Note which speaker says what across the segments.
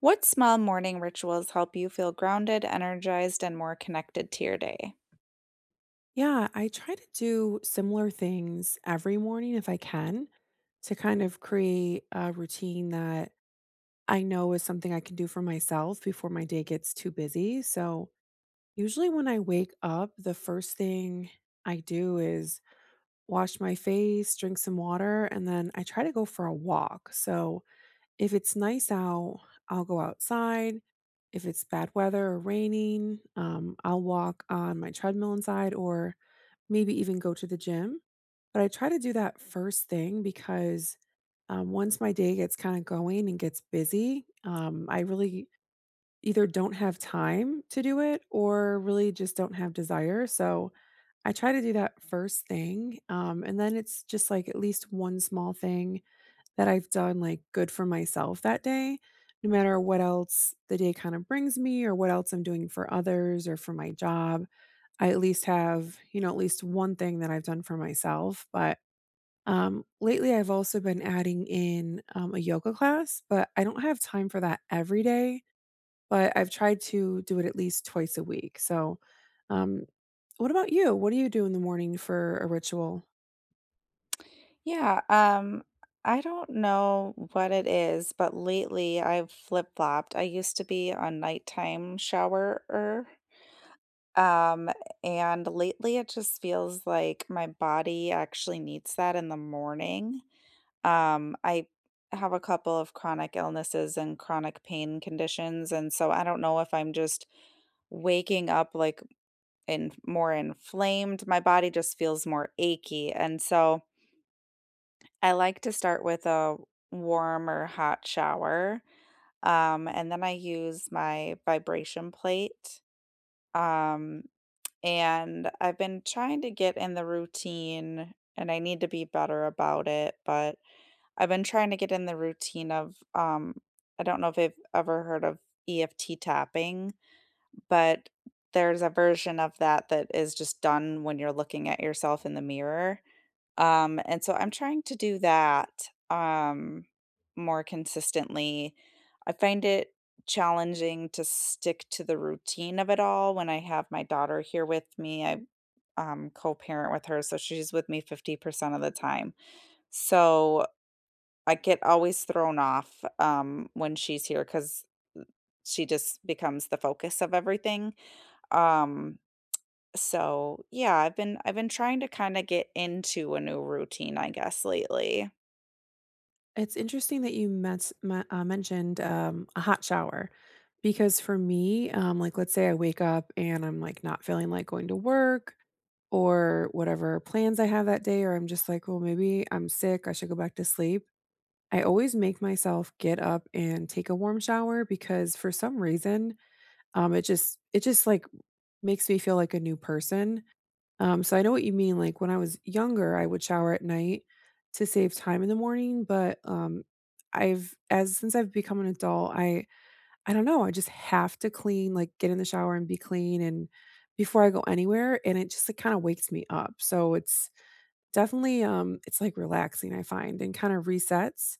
Speaker 1: What small morning rituals help you feel grounded, energized, and more connected to your day?
Speaker 2: Yeah, I try to do similar things every morning if I can to kind of create a routine that I know is something I can do for myself before my day gets too busy. So, usually when I wake up, the first thing I do is wash my face, drink some water, and then I try to go for a walk. So, if it's nice out, I'll go outside. If it's bad weather or raining, I'll walk on my treadmill inside or maybe even go to the gym. But I try to do that first thing because once my day gets kind of going and gets busy, I really either don't have time to do it or really just don't have desire. So I try to do that first thing. And then it's just like at least one small thing that I've done, like, good for myself that day, no matter what else the day kinda brings me or what else I'm doing for others or for my job. I at least have, you know, at least one thing that I've done for myself, but, lately, I've also been adding in, a yoga class, but I don't have time for that every day, but I've tried to do it at least twice a week, so, um, what about you? What do you do in the morning for a ritual?
Speaker 1: Yeah, um, I don't know what it is, but lately I've flip-flopped. I used to be a nighttime showerer, um, and lately it just feels like my body actually needs that in the morning. I have a couple of chronic illnesses and chronic pain conditions, and so I don't know if I'm just waking up like and more inflamed. My body just feels more achy. And so I like to start with a warm or hot shower. And then I use my vibration plate. Um, and I've been trying to get in the routine and I need to be better about it, but I've been trying to get in the routine of I don't know if you've ever heard of EFT tapping. But there's a version of that that is just done when you're looking at yourself in the mirror, and so I'm trying to do that, more consistently. I find it challenging to stick to the routine of it all when I have my daughter here with me, I co-parent with her, so she's with me 50% of the time. So, I get always thrown off, when she's here because she just becomes the focus of everything, um so, I've been trying to kinda get into a new routine, I guess, lately.
Speaker 2: It's interesting that you mets me mentioned, a hot shower because for me, like, let's say I wake up and I'm, like, not feeling like going to work or whatever plans I have that day, or I'm just like, "Well, maybe I'm sick, I should go back to sleep." I always make myself get up and take a warm shower because for some reason, it just like, makes me feel like a new person. So I know what you mean, like, when I was younger, I would shower at night to save time in the morning, but, I've as since I've become an adult, I don't know, I just have to clean, like, get in the shower and be clean and before I go anywhere, and it just, like, kinda wakes me up, so it's definitely, it's, like, relaxing, I find, and kinda resets.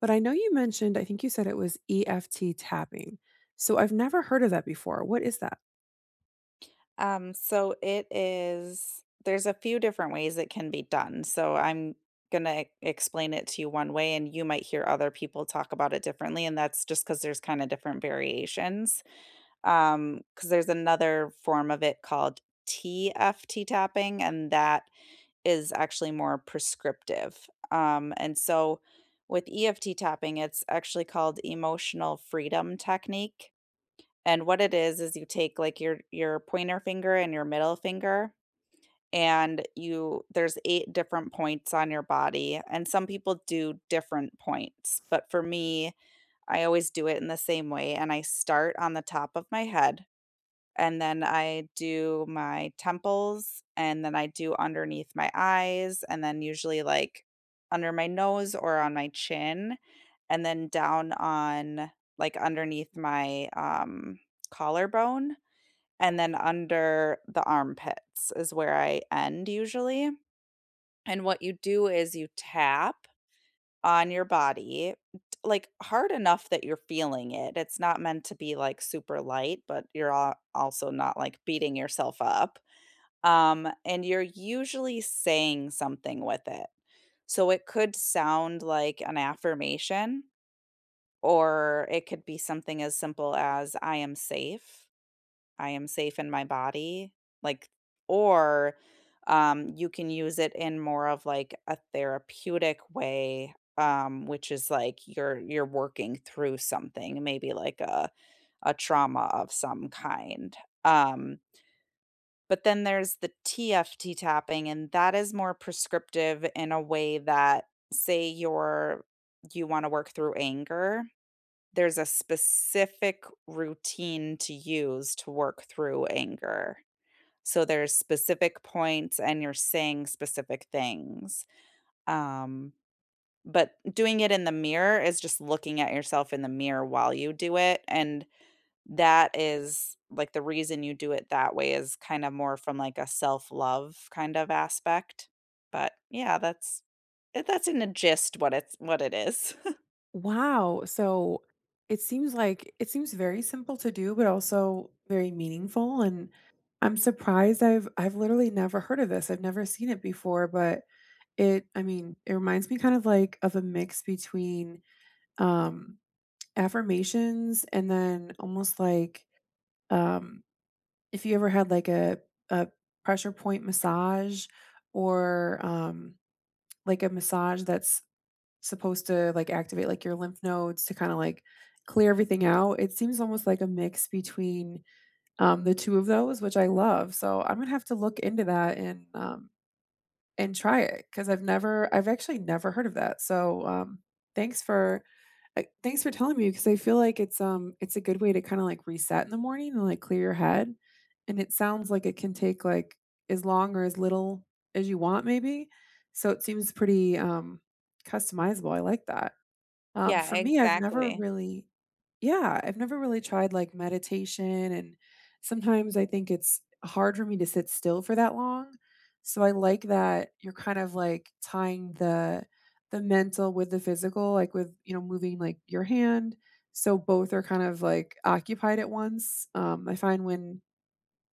Speaker 2: But I know you mentioned I think you said it was EFT tapping. So I've never heard of that before. What is that?
Speaker 1: So it is there's a few different ways it can be done, so I'm gonna explain it to you one way, and you might hear other people talk about it differently, and that's just because there's kinda different variations. Because there's another form of it called TFT tapping, and that is actually more prescriptive. And so with EFT tapping, it's actually called emotional freedom technique. And what it is you take like your pointer finger and your middle finger and you there's eight different points on your body and some people do different points, but for me, I always do it in the same way and I start on the top of my head and then I do my temples, and then I do underneath my eyes, and then usually like under my nose or on my chin, and then down on like underneath my collarbone, and then under the armpits is where I end usually. And what you do is you tap on your body, t like, hard enough that you're feeling it. It's not meant to be, like, super light, but you're al also not, like, beating yourself up, and you're usually saying something with it. So it could sound like an affirmation, or it could be something as simple as, "I am safe." I am safe in my body, like or, you can use it in more of, like, a therapeutic way, which is, like, you're working through something, maybe like a trauma of some kind, um, but then there's the TFT tapping, and that is more prescriptive in a way that say you wanna work through anger, there's a specific routine to use to work through anger. So there's specific points and you're saying specific things. Um, but doing it in the mirror is just looking at yourself in the mirror while you do it. And that is like the reason you do it that way is kind of more from like a self love kind of aspect. But yeah, that's in a gist what it's what it is.
Speaker 2: Wow. So it seems like it seems very simple to do, but also very meaningful. And I'm surprised I've literally never heard of this. I've never seen it before, but it I mean, it reminds me kind of like of a mix between um affirmations and then almost like um if you ever had like a pressure point massage or like a massage that's supposed to, like, activate, like, your lymph nodes to kinda, like, clear everything out. It seems almost like a mix between, the 2 of those, which I love, so I'm gonna have to look into that and try it because 'cause I've actually never heard of that, so, thanks for thanks for telling me because I feel like it's a good way to kinda, like, reset in the morning and, like, clear your head, and it sounds like it can take, like, as long or as little as you want maybe, so it seems pretty, customizable. I like that.
Speaker 1: Yeah,
Speaker 2: For me, I've never
Speaker 1: exactly.
Speaker 2: really yeah, I've never really tried, like, meditation, and sometimes I think it's hard for me to sit still for that long, so I like that you're kind of, like, tying the mental with the physical, like, with, you know, moving, like, your hand, so both are kind of, like, occupied at once. I find when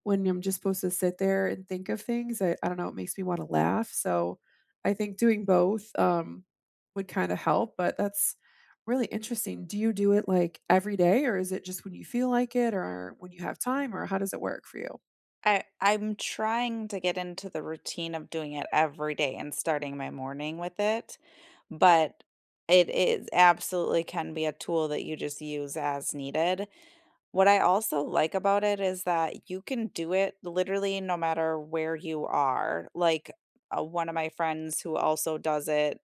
Speaker 2: when I'm just supposed to sit there and think of things, I don't know, it makes me wanna laugh, so I think doing both, would kinda help, but that's really interesting. Do you do it, like, every day, or is it just when you feel like it or when you have time, or how does it work for you?
Speaker 1: I'm trying to get into the routine of doing it every day and starting my morning with it, but it is absolutely can be a tool that you just use as needed. What I also like about it is that you can do it literally no matter where you are. One of my friends who also does it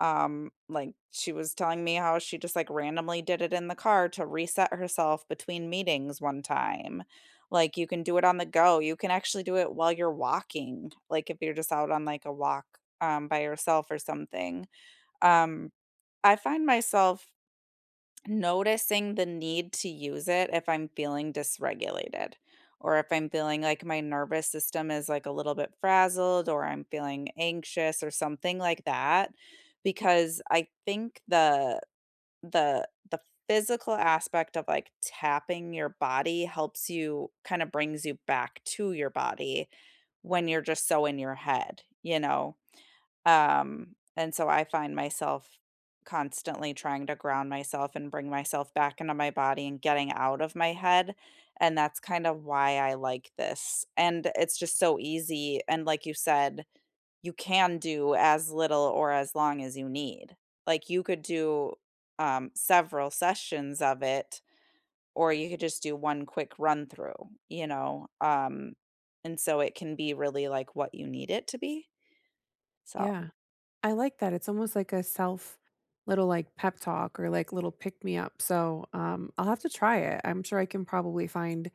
Speaker 1: like, she was telling me how she just, like, randomly did it in the car to reset herself between meetings one time. Like, you can do it on the go, you can actually do it while you're walking, like, if you're just out on, like, a walk, by yourself or something. Um, I find myself noticing the need to use it if I'm feeling dysregulated or if I'm feeling like my nervous system is like a little bit frazzled or I'm feeling anxious or something like that because I think the physical aspect of like tapping your body helps you kind of brings you back to your body when you're just so in your head, you know? And so I find myself constantly trying to ground myself and bring myself back into my body and getting out of my head. And that's kind of why I like this. And it's just so easy. And like you said, you can do as little or as long as you need. Like you could do several sessions of it, or you could just do one quick run through, you know? And so it can be really like what you need it to be. So
Speaker 2: Yeah, I like that, it's almost like a self little, like, pep talk or, like, little pick me up, so, I'll have to try it. I'm sure I can probably find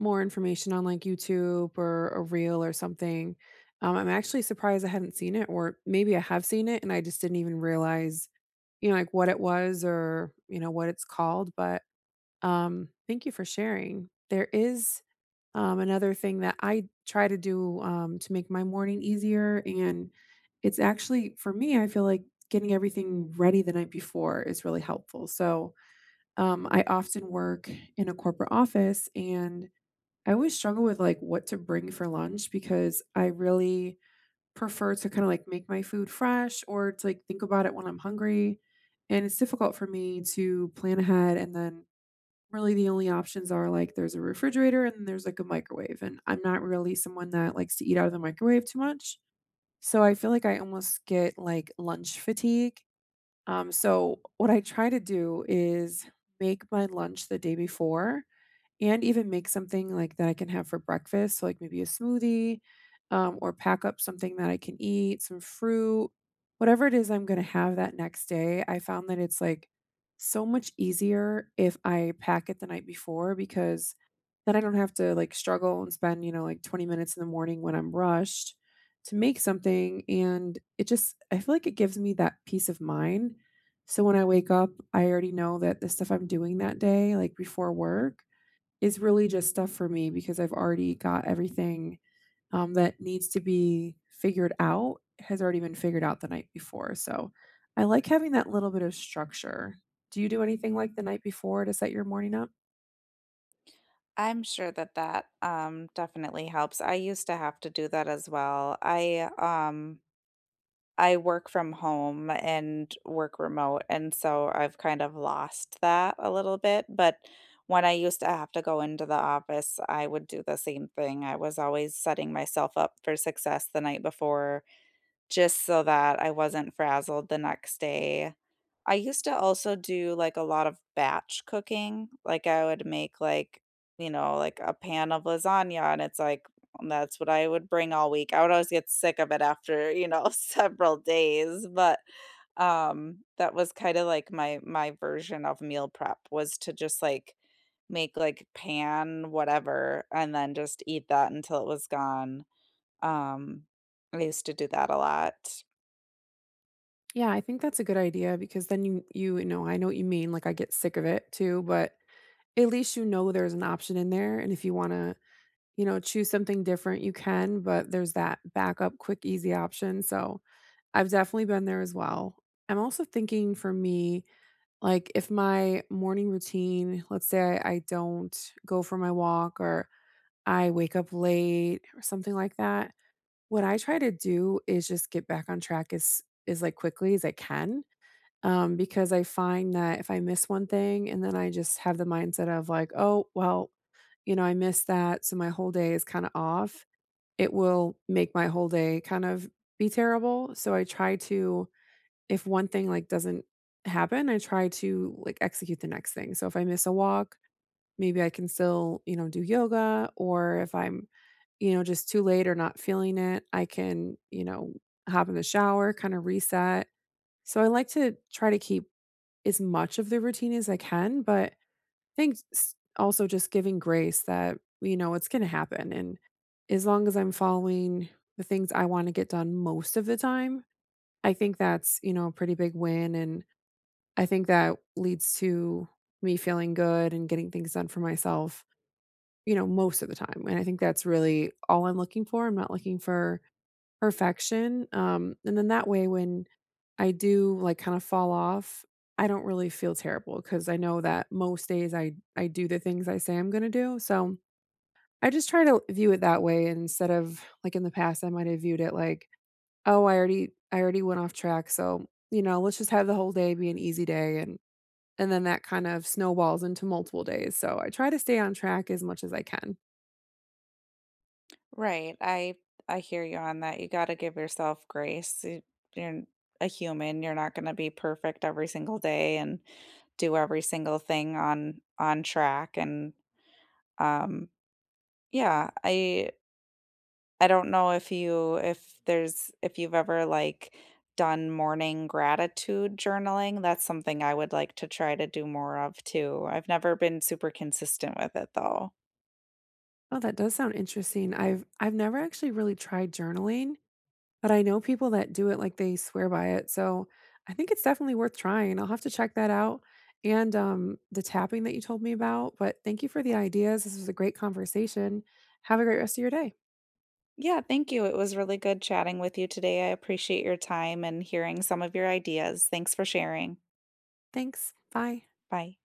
Speaker 2: more information on like YouTube or a reel or something. I'm actually surprised I hadn't seen it, or maybe I have seen it and I just didn't even realize, you know, like what it was or, you know, what it's called. But thank you for sharing. There is another thing that I try to do to make my morning easier. And it's actually, for me, I feel like getting everything ready the night before is really helpful. So I often work in a corporate office and I always struggle with, like, what to bring for lunch because I really prefer to kinda, like, make my food fresh or to, like, think about it when I'm hungry, and it's difficult for me to plan ahead, and then really the only options are, like, there's a refrigerator and there's, like, a microwave, and I'm not really someone that likes to eat out of the microwave too much, so I feel like I almost get, like, lunch fatigue, so what I try to do is make my lunch the day before and even make something, like, that I can have for breakfast, so, like, maybe a smoothie, or pack up something that I can eat, some fruit. Whatever it is I'm gonna have that next day, I found that it's, like, so much easier if I pack it the night before because then I don't have to, like, struggle and spend, you know, like, 20 minutes in the morning when I'm rushed to make something, and it just I feel like it gives me that peace of mind, so when I wake up, I already know that the stuff I'm doing that day, like, before work, is really just stuff for me because I've already got everything, that needs to be figured out has already been figured out the night before, so I like having that little bit of structure. Do you do anything like the night before to set your morning up?
Speaker 1: I'm sure that that, definitely helps. I used to have to do that as well. I I work from home and work remote, and so I've kind of lost that a little bit. But when I used to have to go into the office, I would do the same thing. I was always setting myself up for success the night before just so that I wasn't frazzled the next day. I used to also do, like, a lot of batch cooking, like, I would make, like, you know, like, a pan of lasagna, and it's like that's what I would bring all week. I would always get sick of it after, you know, several days, that was kinda, like, my version of meal prep was to just, like, make, like, pan whatever and then just eat that until it was gone. Um, I used to do that a lot.
Speaker 2: Yeah, I think that's a good idea because then you know, I know what you mean, like, I get sick of it too, but at least you know there's an option in there, and if you wanna, you know, choose something different, you can, but there's that backup, quick, easy option, so I've definitely been there as well. I'm also thinking for me, like if my morning routine, let's say I don't go for my walk or I wake up late or something like that, what I try to do is just get back on track as like quickly as I can. Because I find that if I miss one thing and then I just have the mindset of like, oh, well, you know, I missed that. So my whole day is kind of off. It will make my whole day kind of be terrible. So I try to if one thing, like, doesn't happen, I try to, like, execute the next thing. So if I miss a walk, maybe I can still, you know, do yoga, or if I'm, you know, just too late or not feeling it, I can, you know, hop in the shower, kinda reset. So I like to try to keep as much of the routine as I can, but I think s also just giving grace that, you know, it's gonna happen, and as long as I'm following the things I wanna get done most of the time, I think that's, you know, a pretty big win, and I think that leads to me feeling good and getting things done for myself, you know, most of the time, and I think that's really all I'm looking for, I'm not looking for perfection, and then that way when I do, like, kinda fall off, I don't really feel terrible because I know that most days I do the things I say I'm gonna do, so I just try to view it that way instead of like, in the past, I might have viewed it like, "Oh, I already went off track, so, you know, let's just have the whole day be an easy day and then that kind of snowballs into multiple days, so I try to stay on track as much as I can.
Speaker 1: Right. I hear you on that. You got to give yourself grace. You're a human. You're not going to be perfect every single day and do every single thing on track and um yeah, I don't know if you if there's if you've ever, like, done morning gratitude journaling, that's something I would like to try to do more of too. I've never been super consistent with it though.
Speaker 2: Oh, that does sound interesting. I've never actually really tried journaling, but I know people that do it, like, they swear by it, so I think it's definitely worth trying. I'll have to check that out, and, the tapping that you told me about, but thank you for the ideas. This was a great conversation. Have a great rest of your day.
Speaker 1: Yeah, thank you. It was really good chatting with you today. I appreciate your time and hearing some of your ideas. Thanks for sharing.
Speaker 2: Thanks. Bye.
Speaker 1: Bye.